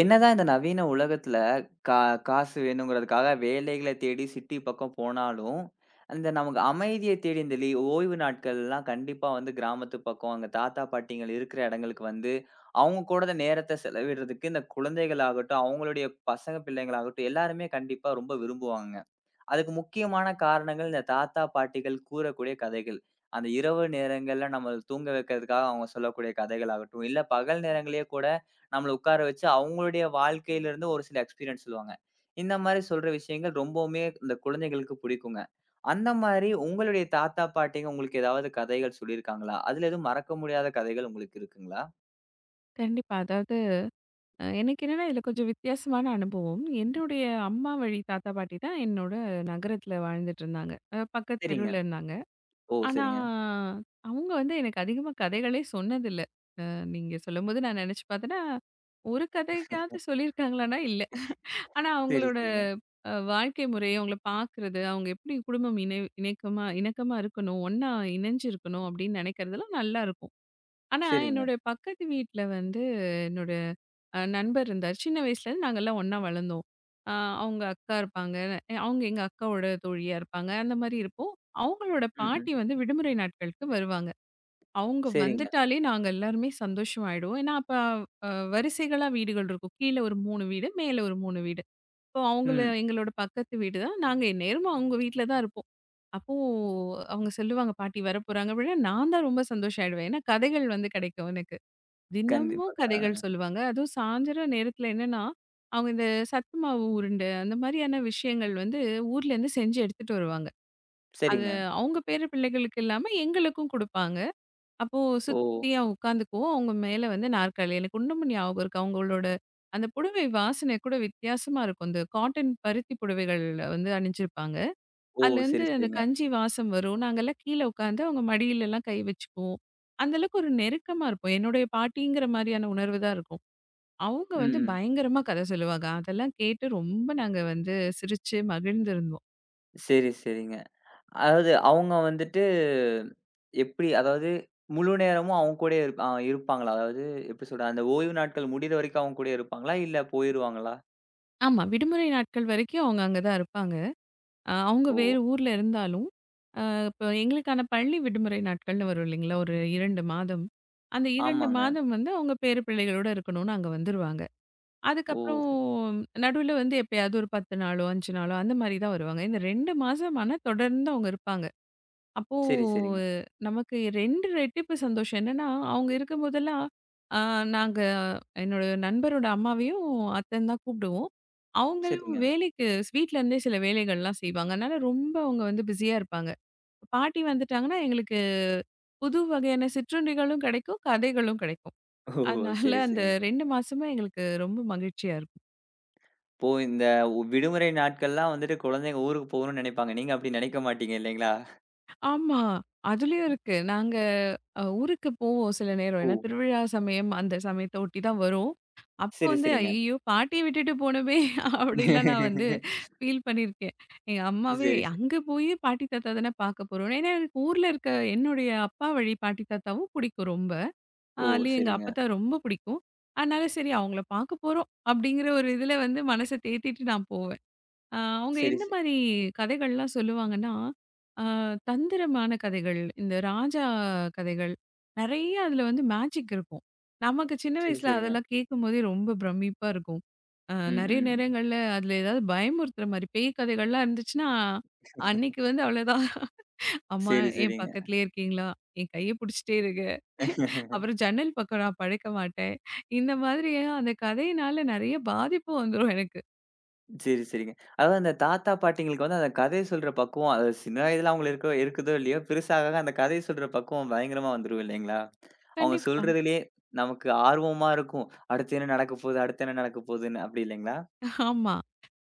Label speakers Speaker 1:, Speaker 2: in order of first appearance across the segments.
Speaker 1: என்னதான் இந்த நவீன உலகத்துல கா காசு வேணுங்கிறதுக்காக வேலைகளை தேடி சிட்டி பக்கம் போனாலும், அந்த நமக்கு அமைதிய தேடி இந்த ஓய்வு நாட்கள்லாம் கண்டிப்பா வந்து கிராமத்து பக்கம், அங்க தாத்தா, பாட்டிங்கள் இருக்கிற இடங்களுக்கு வந்து, அவங்க கூட அந்த நேரத்த செலவிடுறதுக்கு இந்த குழந்தைகளாகட்டும், அவங்களுடைய பசங்க பிள்ளைங்களாகட்டும் எல்லாருமே கண்டிப்பா ரொம்ப விரும்புவாங்க. அதுக்கு முக்கியமான காரணங்கள் இந்த தாத்தா, பாட்டிகள் கூறக்கூடிய கதைகள். அந்த இரவு நேரங்கள்ல நம்மள தூங்க வைக்கிறதுக்காக அவங்க சொல்லக்கூடிய கதைகள் ஆகட்டும், இல்ல பகல் நேரங்கள்லயே கூட நம்மள உட்கார வச்சு அவங்களுடைய வாழ்க்கையிலிருந்து ஒரு சில எக்ஸ்பீரியன்ஸ் சொல்லுவாங்க. இந்த மாரி சொல்ற விஷயங்கள் ரொம்பவுமே இந்த குழந்தைகளுக்கு பிடிக்குங்க. அந்த மாரி உங்களுடைய தாத்தா, பாட்டிங்க உங்களுக்கு ஏதாவது கதைகள் சொல்லியிருக்காங்களா? அதுல எதுவும் மறக்க முடியாத கதைகள் உங்களுக்கு இருக்குங்களா?
Speaker 2: கண்டிப்பா. அதாவது எனக்கு என்னன்னா, இதில கொஞ்சம் வித்தியாசமான அனுபவம். என்னுடைய அம்மா வழி தாத்தா, பாட்டி தான் என்னோட நகரத்தில வாழ்ந்துட்டுருந்தாங்க. பக்கத்து
Speaker 1: சரிங்க.
Speaker 2: தெருவுல இருந்தாங்க.
Speaker 1: ஓ,
Speaker 2: ஆனா,
Speaker 1: சரிங்க.
Speaker 2: அவங்க வந்து எனக்கு அதிகமா கதைகளே சொன்னதில்ல. அ நீங்க சொல்லும்போது நான் நெனச்சு பார்த்தேன்னா, ஒரு கதைக்காவது சொல்லியிருக்காங்களான்னா, இல்ல. ஆனா
Speaker 1: சரி,
Speaker 2: அவங்களோட
Speaker 1: சரிங்க.
Speaker 2: வாழ்க்கை முறை, அவங்கள பார்க்குறது, அவங்க எப்படி குடும்பம் இணக்கமா இணக்கமா இருக்கணும், ஒண்ணா இணைஞ்சு இருக்கணும் அப்படின்னு நெனைக்கிறதெல்லாம் நல்லாருக்கும். ஆனா,
Speaker 1: சரிங்க.
Speaker 2: என்னோட பக்கத்து வீட்ல வந்து என்னோட நண்பர் இருந்தார். சின்ன வயசுலேருந்து நாங்கலாம் ஒண்ணா வளர்ந்தோம். அ அவங்க அக்கா இருப்பாங்க. அவங்க எங்க அக்காவோட தோழியா இருப்பாங்க. அந்த மாரி இருப்போம். அவங்களோட
Speaker 1: ம், ம்.
Speaker 2: பாட்டி வந்து விடுமுறை நாட்களுக்கு வருவாங்க. அவங்க
Speaker 1: சரிங்க.
Speaker 2: வந்துட்டாலே நாங்க எல்லாருமே சந்தோஷமாயிடுவோம். ஏன்னா, அப்ப வரிசைகளா வீடுகள் இருக்கும். கீழ ஒரு 3 வீடு, மேல ஒரு 3 வீடு. இப்போ அவங்கள
Speaker 1: ம்.
Speaker 2: எங்களோட பக்கத்து வீடு தான். நாங்க எந்நேரமும் அவங்க வீட்ல தான் இருப்போம். அப்போ அவங்க சொல்லுவாங்க, "பாட்டி வரப்போறாங்க" அப்படின்னா, நான் தான் ரொம்ப சந்தோஷம் ஆயிடுவேன். ஏன்னா, கதைகள் வந்து கிடைக்கும் எனக்கு. தினமும்
Speaker 1: கண்டிப்பாக. ஆ,
Speaker 2: கதைகள்
Speaker 1: ஆ.
Speaker 2: சொல்லுவாங்க. அதுவும் சாயந்தர நேரத்தில என்னன்னா, அவங்க இந்த சத்து மாவு உருண்டை, அந்த மாதிரியான விஷயங்கள் வந்து ஊர்லேருந்து செஞ்சு எடுத்துட்டு வருவாங்க. அது
Speaker 1: சரிங்க.
Speaker 2: அவங்க பேர பிள்ளைகளுக்கு இல்லாம எங்களுக்கும் குடுப்பாங்க. அப்போ
Speaker 1: ஓ!
Speaker 2: சுத்தியா உட்காந்துக்குவோம். அவங்க மேல வந்து நாற்காலி. எனக்கு இன்னமும் ஞாபகம் இருக்கு. அவங்களோட அந்த புடவை வாசனை கூட வித்தியாசமா இருக்கும். அந்த காட்டன் பருத்தி புடவைகள் வந்து அணிஞ்சிருப்பாங்க.
Speaker 1: ஓ!
Speaker 2: அதுலேருந்து
Speaker 1: சரி,
Speaker 2: அந்த
Speaker 1: சரிங்க.
Speaker 2: கஞ்சி வாசம் வரும். நாங்கலாம் கீழ உட்காந்து அவங்க மடியிலலாம் கை வச்சுக்குவோம். அந்த அளவுக்கு ஒரு நெருக்கமா இருப்போம். என்னுடைய பாட்டிங்கிற மாதிரியான உணர்வு தான் இருக்கும். அவங்க
Speaker 1: ம்,
Speaker 2: வந்து
Speaker 1: ம்.
Speaker 2: பயங்கரமா கதை சொல்லுவாங்க. அதெல்லாம் கேட்டு ரொம்ப நாங்க வந்து சிரிச்சு மகிழ்ந்திருந்தோம்.
Speaker 1: சரி, சரிங்க. அதாவது அவங்க வந்துட்டு எப்படி அதாவது முழு நேரமும் அவங்க கூடயே இருப்பாங்களா? அதாவது எப்படி சொல்றது? அந்த ஓய்வு நாட்கள் முடியிற வரைக்கும் அவங்க கூடயே இருப்பாங்களா? இல்ல போயிருவாங்களா?
Speaker 2: ஆமா. விடுமுறை நாட்கள் வரைக்கும் அவங்க அங்க தான் இருப்பாங்க. அவங்க
Speaker 1: ஓ!
Speaker 2: வேறு ஊர்ல இருந்தாலும், அ இப்போ எங்களுக்கான பள்ளி விடுமுறை நாட்கள்னு வரும் இல்லைங்களா? ஒரு 2 மாதம். அந்த 2
Speaker 1: ஆமாங்க.
Speaker 2: மாதம் வந்து அவங்க பேர பிள்ளைகளோட இருக்கணும்னு அங்க வந்துருவாங்க.
Speaker 1: ஓ!
Speaker 2: அதுக்கப்புறம் நடுவுல வந்து எப்பயாவது ஒரு 10 நாளோ, 5 நாளோ அந்த மாரி தான் வருவாங்க. இந்த 2 மாசம் ஆனா தொடர்ந்து அவங்க இருப்பாங்க. அப்போ
Speaker 1: சரி, சரிங்க.
Speaker 2: நமக்கு 2 ரெட்டிப்பு சந்தோஷம். என்னன்னா, அவங்க இருக்கும்போதெல்லாம், ஆ நாங்க என்னோட நண்பரோட அம்மாவையும், அத்தன்னு தான் கூப்பிடுவோம். அவங்களும்
Speaker 1: சரிங்க.
Speaker 2: வேலைக்கு வீட்ல இருந்தே சில வேலைகள்லாம் செய்வாங்க. அதனால ரொம்ப அவங்க வந்து பிஸியா இருப்பாங்க. பாட்டி வந்துட்டாங்கன்னா, எங்களுக்கு புது வகையான சிற்றுண்டிகளும் கிடைக்கும், கதைகளும் கிடைக்கும்.
Speaker 1: ஓ!
Speaker 2: அதனால
Speaker 1: சரி,
Speaker 2: அந்த
Speaker 1: சரிங்க.
Speaker 2: 2 மாசமும் எங்களுக்கு ரொம்ப மகிழ்ச்சியா இருக்கும்.
Speaker 1: இப்போ இந்த விடுமுறை நாட்கள்லாம் வந்துட்டு குழந்தைங்க ஊருக்கு போகணும்னு நினைப்பாங்க. நீங்க அப்படி நினைக்க மாட்டீங்க இல்லைங்களா?
Speaker 2: ஆமா. அதுலயும் இருக்கு. நாங்க ஊருக்கு போவோம் சில நேரம்.
Speaker 1: ஓ!
Speaker 2: ஏன்னா திருவிழா சமயம் அந்த சமயத்த ஒட்டி தான் வரும். அப்போ
Speaker 1: சரி,
Speaker 2: வந்து
Speaker 1: சரிங்க.
Speaker 2: ஐயய்யோ! பாட்டிய விட்டுட்டு போனோமே! அப்படிலாம் நான் வந்து ஃபீல் பண்ணியிருக்கேன். எங்க அம்மாவே
Speaker 1: சரி, சரி.
Speaker 2: அங்க போய் பாட்டி தாத்தா தானே பார்க்க போறோம். ஏன்னா எனக்கு ஊர்ல இருக்க என்னுடைய அப்பா வழி பாட்டி தாத்தாவும் பிடிக்கும் ரொம்ப.
Speaker 1: ஓ!
Speaker 2: அதுலயும் எங்க
Speaker 1: சரிங்க.
Speaker 2: அப்பத்தா ரொம்ப பிடிக்கும். அதனால சரி அவங்கள பார்க்க போறோம் அப்படிங்கிற ஒரு இதுல வந்து மனச தேத்திட்டு நான் போவேன். அவங்க
Speaker 1: சரி,
Speaker 2: என்ன மாரி கதைகள்லாம் சொல்லுவாங்கன்னா, அ தந்திரமான கதைகள், இந்த ராஜா கதைகள், நெறைய அதில வந்து மேஜிக் இருக்கும். நமக்கு சின்ன
Speaker 1: சரி,
Speaker 2: வயசுல
Speaker 1: சரிங்க.
Speaker 2: அதெல்லாம் கேட்கும்போதே ரொம்ப பிரமிப்பா இருக்கும். அ நெறைய
Speaker 1: ம்,
Speaker 2: நேரங்கள்ல அதில ஏதாவது பயமுறுத்துற மாரி பேய் கதைகள்லாம் இருந்துச்சுன்னா,
Speaker 1: ம்.
Speaker 2: அன்னைக்கு வந்து அவ்வளோதான். "அம்மா
Speaker 1: சரி,
Speaker 2: என்
Speaker 1: சரிங்க.
Speaker 2: பக்கத்திலேயே இருக்கீங்களா? என் கைய புடிச்சுட்டே இருங்க. அப்புறம் ஜன்னல் பக்கம் நான் படுக்க மாட்டேன்." இந்த மாதிரியா அந்த கதையினால நெறைய பாதிப்பு வந்துரும் எனக்கு.
Speaker 1: சரி, சரிங்க. அதாவது அந்த தாத்தா, பாட்டிங்களுக்கு வந்து அந்த கதை சொல்ற பக்குவம், அது சின்ன வயதில அவங்களுக்கு இருக்கோ இருக்குதோ இல்லையோ, பெருசாக ஆக அந்த கதை சொல்ற பக்குவம் பயங்கரமா வந்துரும் இல்லைங்களா? அவங்க
Speaker 2: கண்டிப்பா.
Speaker 1: சொல்றதிலேயே நமக்கு ஆர்வமா இருக்கும். அடுத்து என்ன நடக்க போகுது? அடுத்து என்ன நடக்க போகுதுன்னு அப்படி இல்லைங்களா?
Speaker 2: ஆமா.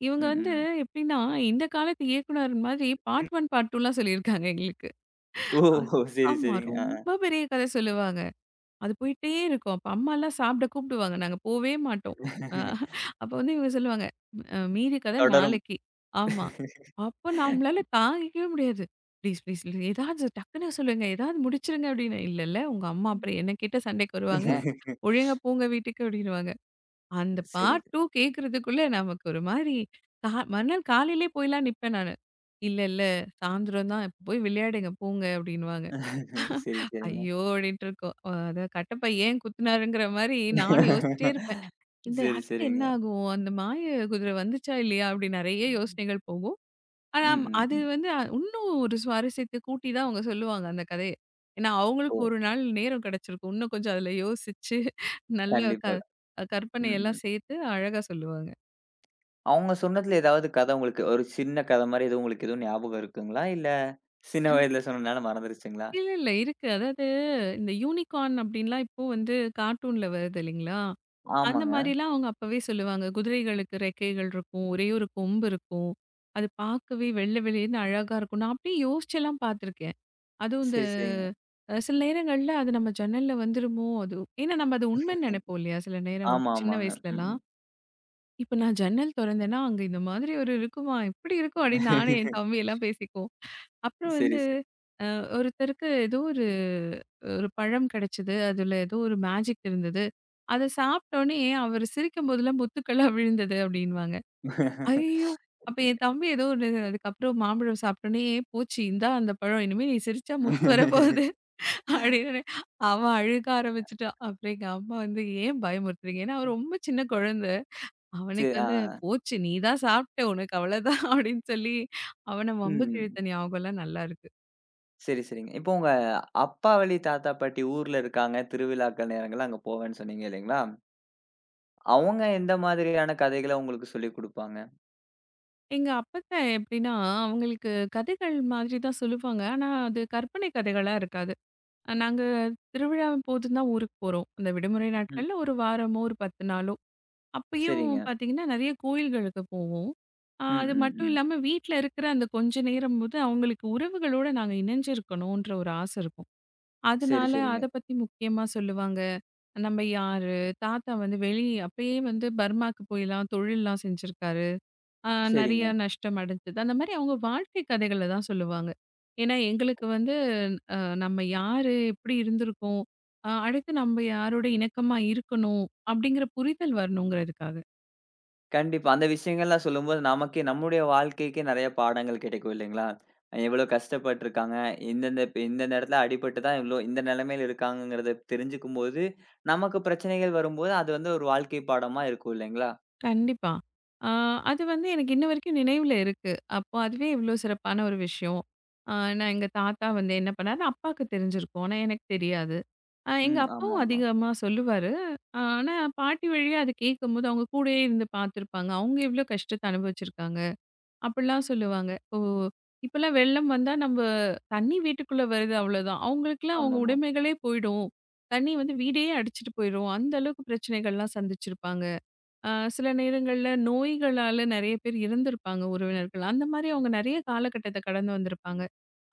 Speaker 2: இவங்க
Speaker 1: ம்,
Speaker 2: வந்து
Speaker 1: ம்.
Speaker 2: எப்படின்னா, இந்த காலத்து இயக்குனர் மாதிரி பார்ட் 1, பார்ட் 2லாம் சொல்லியிருக்காங்க எங்களுக்கு.
Speaker 1: ஓ!
Speaker 2: அ
Speaker 1: சரி,
Speaker 2: ஆமா.
Speaker 1: சரிங்க. ஆ, ஆ.
Speaker 2: ரொம்ப பெரிய கதை சொல்லுவாங்க. அது போயிட்டே இருக்கும். அப்ப அம்மாலாம் சாப்பிட கூப்பிடுவாங்க. நாங்க போவே மாட்டோம். அ அப்ப வந்து இவங்க சொல்லுவாங்க, மீதி கதை
Speaker 1: தொடரும்.
Speaker 2: நாளைக்கு." ஆமா. அப்ப நம்மளால தாங்கிக்கவே முடியாது. "ப்ளீஸ், ப்ளீஸ் ஏதாவது டக்குனு சொல்லுங்க. ஏதாவது முடிச்சிருங்க." அப்படின்னு. "இல்ல, இல்ல. உங்க அம்மா அப்புறம் என்னகிட்ட சண்டைக்கு வருவாங்க. ஒழுங்கா போங்க வீட்டுக்கு." அப்படின்னுவாங்க. அந்த
Speaker 1: சரி.
Speaker 2: பார்ட் 2 கேட்கறதுக்குள்ள நமக்கு ஒரு மாரி மறுநாள் காலையிலே போய்லாம் நிப்பேன் நானு. "இல்ல, இல்ல சாயந்தரம் தான். இப்ப போய் விளையாடுங்க போங்க" அப்படின்னுவாங்க.
Speaker 1: சரி, சரிங்க.
Speaker 2: "ஐயோ!" அப்படின்ட்டு இருக்கும். அத கட்டப்பை ஏன் குத்துனாருங்கிற மாரி நானும் யோசிச்சுட்டே இருப்பேன். இந்த
Speaker 1: சரி,
Speaker 2: அடுத்து என்ன
Speaker 1: சரிங்க.
Speaker 2: ஆகும்? அந்த மாய குதிரை வந்துச்சா இல்லையா? அப்படி நெறைய யோசனைகள் போகும். ஆனா
Speaker 1: ம்,
Speaker 2: ம்,
Speaker 1: ம்,
Speaker 2: அது
Speaker 1: ம்.
Speaker 2: வந்து இன்னும் ஒரு சுவாரஸ்யத்த கூட்டி தான் அவங்க சொல்லுவாங்க அந்த கதைய. ஏன்னா
Speaker 1: ஓ!
Speaker 2: அவங்களுக்கு ஒரு நாள் நேரம் கிடைச்சிருக்கும். இன்னும் கொஞ்சம் அதுல யோசிச்சு நல்ல
Speaker 1: கண்டிப்பா. ம். ம்.
Speaker 2: கற்பனையெல்லாம் சேர்த்து அழகா சொல்லுவாங்க.
Speaker 1: அவங்க சொன்னதுல ஏதாவது கதை உங்களுக்கு ஒரு சின்ன கதை மாரி எதுவும் உங்களுக்கு எதுவும் ஞாபகம் இருக்குங்களா? இல்ல சின்ன வயதுல சொன்னனால மறந்துருச்சுங்களா?
Speaker 2: இல்ல, இல்ல. இருக்கு. அதாவது இந்த யூனிகார்ன் அப்படின்லாம் இப்போ வந்து கார்ட்டூன்ல வருது இல்லைங்களா? அந்த
Speaker 1: ஆமாங்க.
Speaker 2: மாரிலாம் அவங்க அப்பவே சொல்லுவாங்க. குதிரைகளுக்கு ரெக்கைகள் இருக்கும். ஒரே ஒரு கொம்பு இருக்கும். அது பார்க்கவே வெள்ளை வெளியேன்னு அழகா இருக்கும். நான் அப்படியே யோசிச்செல்லாம் பார்த்துருக்கேன். அதுவும் இந்த
Speaker 1: சரி, சரிங்க.
Speaker 2: சில நேரங்கள்ல அது நம்ம ஜன்னல்ல வந்துருமோ! அது ஏன்னா நம்ம அது உண்மைன்னு நெனைப்போம் இல்லையா? சில நேரம்
Speaker 1: ஆமா,
Speaker 2: சின்ன
Speaker 1: ஆமாங்க. ம்.
Speaker 2: வயசுலலாம்.
Speaker 1: ம்.
Speaker 2: இப்ப நான் ஜன்னல் தொறந்தேன்னா, அங்க இந்த மாதிரி ஒரு இருக்குமா? இப்படி இருக்கும் அப்படின்னு நானும் என் தம்பி எல்லாம் பேசிக்குவோம். அப்புறம்
Speaker 1: சரி,
Speaker 2: வந்து
Speaker 1: சரி.
Speaker 2: அ ஒருத்தருக்கு ஏதோ ஒரு ஒரு பழம் கிடைச்சது. அதுல ஏதோ ஒரு மேஜிக் இருந்தது. அத சாப்பிட்டோனே அவரு சிரிக்கும்போதெல்லாம் முத்துக்கள்லாம் விழுந்தது அப்படின்னுவாங்க. ஐயய்யோ! அப்ப என் தம்பி ஏதோ ஒண்ணு அதுக்கப்புறம் மாம்பழம் சாப்பிட்டோனே, போச்சு இந்தா அந்த பழம். இனிமே நீ சிரிச்சா முத்து வரப்போகுது அப்படின்னு அவன் அழுக ஆரம்பிச்சுட்டான். அப்புறம் எங்க அம்மா வந்து ஏன் பயமுறுத்துறீங்க? ஏன்னா அவன் ரொம்ப சின்ன குழந்த.
Speaker 1: சரி.
Speaker 2: அவனுக்கு
Speaker 1: ஆ,
Speaker 2: வந்து
Speaker 1: ஆ.
Speaker 2: போச்சு நீ தான் சாப்பிட்ட உனக்கு அவ்வளோதான் அப்படின்னு சொல்லி அவன
Speaker 1: ம்,
Speaker 2: வம்புக்கு
Speaker 1: ம்.
Speaker 2: இழுத்த ஞாபகம்லாம் நல்லா இருக்கு.
Speaker 1: சரி, சரிங்க. இப்போ உங்க அப்பா வழி தாத்தா, பாட்டி ஊர்ல இருக்காங்க. திருவிழாக்கள் நேரங்கள்ல அங்க போவேன்னு சொன்னீங்க இல்லைங்களா? அவங்க எந்த மாதிரியான கதைகள உங்களுக்கு சொல்லிக் குடுப்பாங்க?
Speaker 2: எங்க அப்பத்தா எப்படின்னா, அவங்களுக்கு கதைகள் மாதிரி தான் சொல்லுவாங்க. ஆனா அது கற்பனை கதைகளா இருக்காது. நாங்க திருவிழா போதுன்னு தான் ஊருக்கு போறோம். அந்த விடுமுறை
Speaker 1: ம்.
Speaker 2: நாட்கள்ல ஒரு வாரமோ, ஒரு 10 நாளோ. அப்பயும்
Speaker 1: சரிங்க.
Speaker 2: பார்த்தீங்கன்னா, நெறைய கோயில்களுக்கு போவோம்.
Speaker 1: ம்,
Speaker 2: அது
Speaker 1: ம்,
Speaker 2: மட்டும்
Speaker 1: ம்.
Speaker 2: இல்லாம வீட்ல இருக்கிற அந்த கொஞ்ச நேரம் போது அவங்களுக்கு உறவுகளோட நாங்க இணைஞ்சிருக்கணுன்ற ஒரு ஆசை இருக்கும்.
Speaker 1: சரி,
Speaker 2: அதனால
Speaker 1: சரிங்க.
Speaker 2: அத பத்தி முக்கியமா சொல்லுவாங்க. நம்ம யாரு? தாத்தா வந்து அப்பயே வந்து பர்மாக்கு போய்லாம் தொழில்லாம் செஞ்சிருக்காரு. அ நெறைய
Speaker 1: சரிங்க.
Speaker 2: நஷ்டம் அடைஞ்சது. அந்த மாரி அவங்க வாழ்க்கை கதைகள தான் சொல்லுவாங்க. ஏன்னா, எங்களுக்கு வந்து நம்ம யாரு? எப்படி இருந்திருக்கோம்? அடுத்து நம்ம யாரோட இணக்கமா இருக்கணும்? அப்படிங்கிற புரிதல் வரணுங்கிறதுக்காக.
Speaker 1: கண்டிப்பா. அந்த விஷயங்கள்லாம் சொல்லும்போது, நமக்கே நம்முடைய வாழ்க்கைக்கே நெறைய பாடங்கள் கிடைக்கும் இல்லைங்களா? எவ்வளோ கஷ்டப்பட்டுருக்காங்க. இந்தந்த இடத்துல அடிபட்டு தான் இவ்ளோ இந்த நிலைமையில இருக்காங்கங்கிறத தெரிஞ்சுக்கும்போது, நமக்கு பிரச்சனைகள் வரும்போது, அது வந்து ஒரு வாழ்க்கை பாடமா இருக்கும் இல்லைங்களா?
Speaker 2: கண்டிப்பா. அ அது வந்து எனக்கு இன்ன வரைக்கும் நினைவுல இருக்கு. அப்போ அதுவே இவ்ளோ சிறப்பான ஒரு விஷயம். அ நான் எங்க தாத்தா வந்து என்ன பண்ணாரு? அப்பாக்கு தெரிஞ்சிருக்கும். ஆனா எனக்கு தெரியாது. எங்க
Speaker 1: ம்.
Speaker 2: அப்பாவும்
Speaker 1: ஆமாமா.
Speaker 2: அதிகமா சொல்லுவாரு. ஆனா பாட்டி வழியா அது கேட்கும்போது, அவங்க கூடயே இருந்து பார்த்துருப்பாங்க. அவங்க எவ்ளோ கஷ்டத்த அனுபவிச்சிருக்காங்க. அப்படிலாம் சொல்லுவாங்க. ஓ! இப்பலாம் வெள்ளம் வந்தா நம்ப தண்ணி வீட்டுக்குள்ள வருது அவ்வளோதான். அவங்களுக்கெல்லாம் அவங்க
Speaker 1: ஆமாமா.
Speaker 2: உடைமைகளே போயிடும். தண்ணி வந்து வீடே அடிச்சுட்டு போயிரும். அந்த அளவுக்கு பிரச்சனைகள்லாம் சந்திச்சிருப்பாங்க. அ சில நேரங்கள்ல நோய்களால நெறைய பேர் இறந்திருப்பாங்க உறவினர்கள். அந்த மாரி அவங்க நெறைய காலகட்டத்த கடந்து வந்திருப்பாங்க.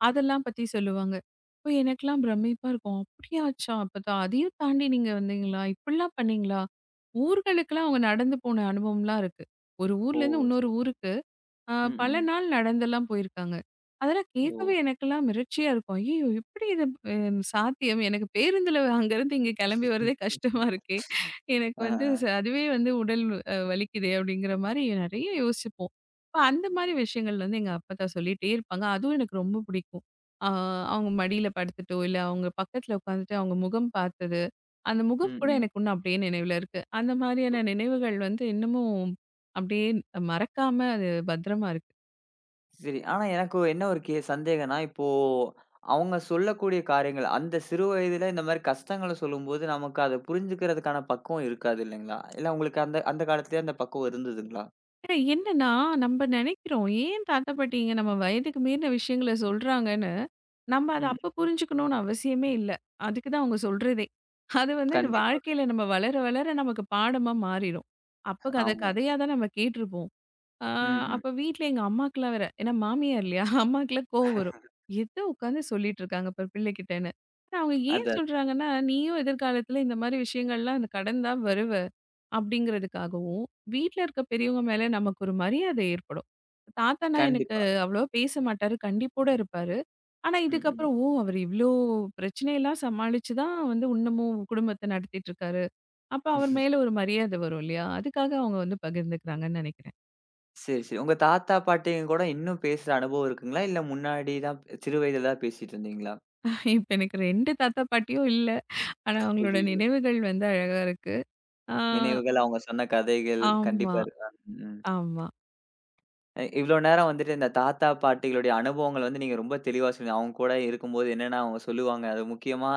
Speaker 2: அதெல்லாம் பத்தி சொல்லுவாங்க. அப்போ எனக்கெல்லாம் பிரமிப்பா இருக்கும். அப்படியாச்சா! அப்பதான் அதையும் தாண்டி நீங்க வந்தீங்களா? இப்படிலாம் பண்ணீங்களா? ஊர்களுக்கெல்லாம் அவங்க நடந்து போன அனுபவம்லாம் இருக்கு. ஒரு
Speaker 1: ஓ!
Speaker 2: ஊர்லேருந்து இன்னொரு
Speaker 1: சரி.
Speaker 2: ஊருக்கு ஆ
Speaker 1: ம்,
Speaker 2: பல
Speaker 1: ம்.
Speaker 2: நாள் நடந்தெல்லாம் போயிருக்காங்க. அதெல்லாம் கேட்கவே
Speaker 1: ஓ!
Speaker 2: எனக்கெல்லாம் மிரட்சியா இருக்கும். ஐயய்யோ! எப்படி இது அ சாத்தியம்? எனக்கு பேருந்துல அங்கருந்து இங்க கிளம்பி வரதே கஷ்டமா இருக்கே. எனக்கு
Speaker 1: அ,
Speaker 2: வந்து
Speaker 1: அ.
Speaker 2: அதுவே வந்து உடல் வலிக்குதே அப்படிங்கிற மாரி நெறைய யோசிப்போம். அப்ப அந்த மாரி விஷயங்கள் வந்து எங்க அப்பத்தா சொல்லிட்டே இருப்பாங்க. அதுவும் எனக்கு ரொம்ப பிடிக்கும். ஆ அவங்க மடியில படுத்துட்டோ, இல்ல அவங்க பக்கத்துல உட்காந்துட்டு அவங்க முகம் பார்த்தது, அந்த முகம்
Speaker 1: ம்,
Speaker 2: கூட
Speaker 1: ம்.
Speaker 2: எனக்கு இன்னும் அப்படியே நினைவுல இருக்கு. அந்த மாரியான நினைவுகள் வந்து இன்னமும் அப்படியே மறக்காம அது பத்திரமா இருக்கு.
Speaker 1: சரி. ஆனா எனக்கு என்ன ஒரு சந்தேகம்னா, இப்போ அவங்க சொல்லக்கூடிய காரியங்கள், அந்த சிறு வயதில இந்த மாரி கஷ்டங்கள சொல்லும்போது, நமக்கு அத புரிஞ்சுக்கிறதுக்கான பக்குவம் இருக்காது இல்லைங்களா? இல்ல உங்களுக்கு அந்த அந்த காலத்திலேயே அந்த பக்குவம் இருந்ததுங்களா?
Speaker 2: ஆனா என்னன்னா, நம்ம நினைக்கிறோம், ஏன் தாத்தா, பாட்டிங்க நம்ம வயதுக்கு மீறின விஷயங்கள சொல்றாங்கன்னு, நம்ம அத
Speaker 1: ம்.
Speaker 2: அப்ப புரிஞ்சுக்கணும்னு அவசியமே இல்ல. அதுக்கு தான் அவங்க சொல்றதே. அது வந்து இந்த
Speaker 1: கண்டிப்பாக.
Speaker 2: வாழ்க்கையில நம்ம வளர, வளர நமக்கு பாடமா மாறிரும். அப்ப
Speaker 1: ஆமா.
Speaker 2: கதையா தான் நம்ம கேட்டுருப்போம். ஆ
Speaker 1: ம், ம்.
Speaker 2: அப்ப வீட்ல எங்க அம்மாக்கெல்லாம் வேற ஏன்னா மாமியார் இல்லையா? அம்மாக்கெல்லாம் கோவம் வரும். "எத உட்காந்து சொல்லிட்டு இருக்காங்க பாரு பிள்ளைகிட்டன்னு." ஆனா அவங்க ஏன்
Speaker 1: அதான்.
Speaker 2: சொல்றாங்கன்னா, "நீயும் எதிர்காலத்துல இந்த மாரி விஷயங்கள்லாம் கடந்து தான் வருவ. அப்படிங்கிறதுக்காகவும், வீட்ல இருக்க பெரியவங்க மேல நமக்கு ஒரு மரியாதை ஏற்படும். தாத்தான்னா எனக்கு
Speaker 1: கண்டிப்பா.
Speaker 2: அவ்வளவா பேச மாட்டாரு. கண்டிப்போட இருப்பாரு. ஆனா
Speaker 1: ம், ம்.
Speaker 2: இதுக்கப்புறம், ஓ! அவர் இவ்ளோ பிரச்சனையெல்லாம் சமாளிச்சு தான் வந்து இன்னமும் குடும்பத்த நடத்திட்டு இருக்காரு. அப்ப அவர் மேல ஒரு மரியாதை வரும் இல்லையா? அதுக்காக அவங்க வந்து பகிர்ந்துக்கிறாங்கன்னு நெனைக்கிறேன்.
Speaker 1: சரி, சரி. உங்க தாத்தா, பாட்டிங்க கூட இன்னும் பேசுற அனுபவம் இருக்குங்களா? இல்ல முன்னாடி தான் சிறு வயதில தான் பேசிட்டு இருந்தீங்களா?
Speaker 2: இப்ப எனக்கு 2 தாத்தா, பாட்டியும் இல்ல. ஆனா அவங்களோட
Speaker 1: ஐய்யய்யோ!
Speaker 2: நினைவுகள் வந்து அழகா இருக்கு. ஆ
Speaker 1: நினைவுகள், அவங்க சொன்ன கதைகள்
Speaker 2: ஆமா,
Speaker 1: கண்டிப்பா இருக்கா? ம்.
Speaker 2: ஆமா.
Speaker 1: அ இவ்ளோ நேரம் வந்துட்டு இந்த தாத்தா, பாட்டிகளுடைய அனுபவங்கள் வந்து நீங்க ரொம்ப தெளிவா சொன்னீங்க. அவங்க கூட இருக்கும்போது என்னென்ன அவங்க சொல்லுவாங்க. அது முக்கியமா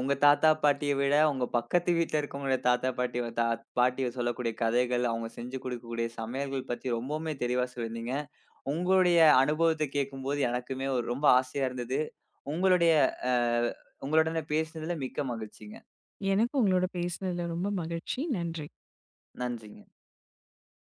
Speaker 1: உங்க தாத்தா, பாட்டிய விட உங்க பக்கத்து வீட்ல இருக்கவங்களுடைய தாத்தா, பாட்டி சொல்லக்கூடிய கதைகள், அவங்க செஞ்சு குடுக்கக்கூடிய சமையல்கள் பத்தி ரொம்பவுமே தெளிவா சொல்லியிருந்தீங்க. உங்களுடைய அனுபவத்த கேட்கும்போது எனக்குமே ஒரு ரொம்ப ஆசையா இருந்தது. உங்களுடைய அ உங்களுடன பேசினதுல மிக்க மகிழ்ச்சிங்க.
Speaker 2: எனக்கும் உங்களோட பேசினதுல ரொம்ப மகிழ்ச்சி. நன்றி.
Speaker 1: நன்றிங்க.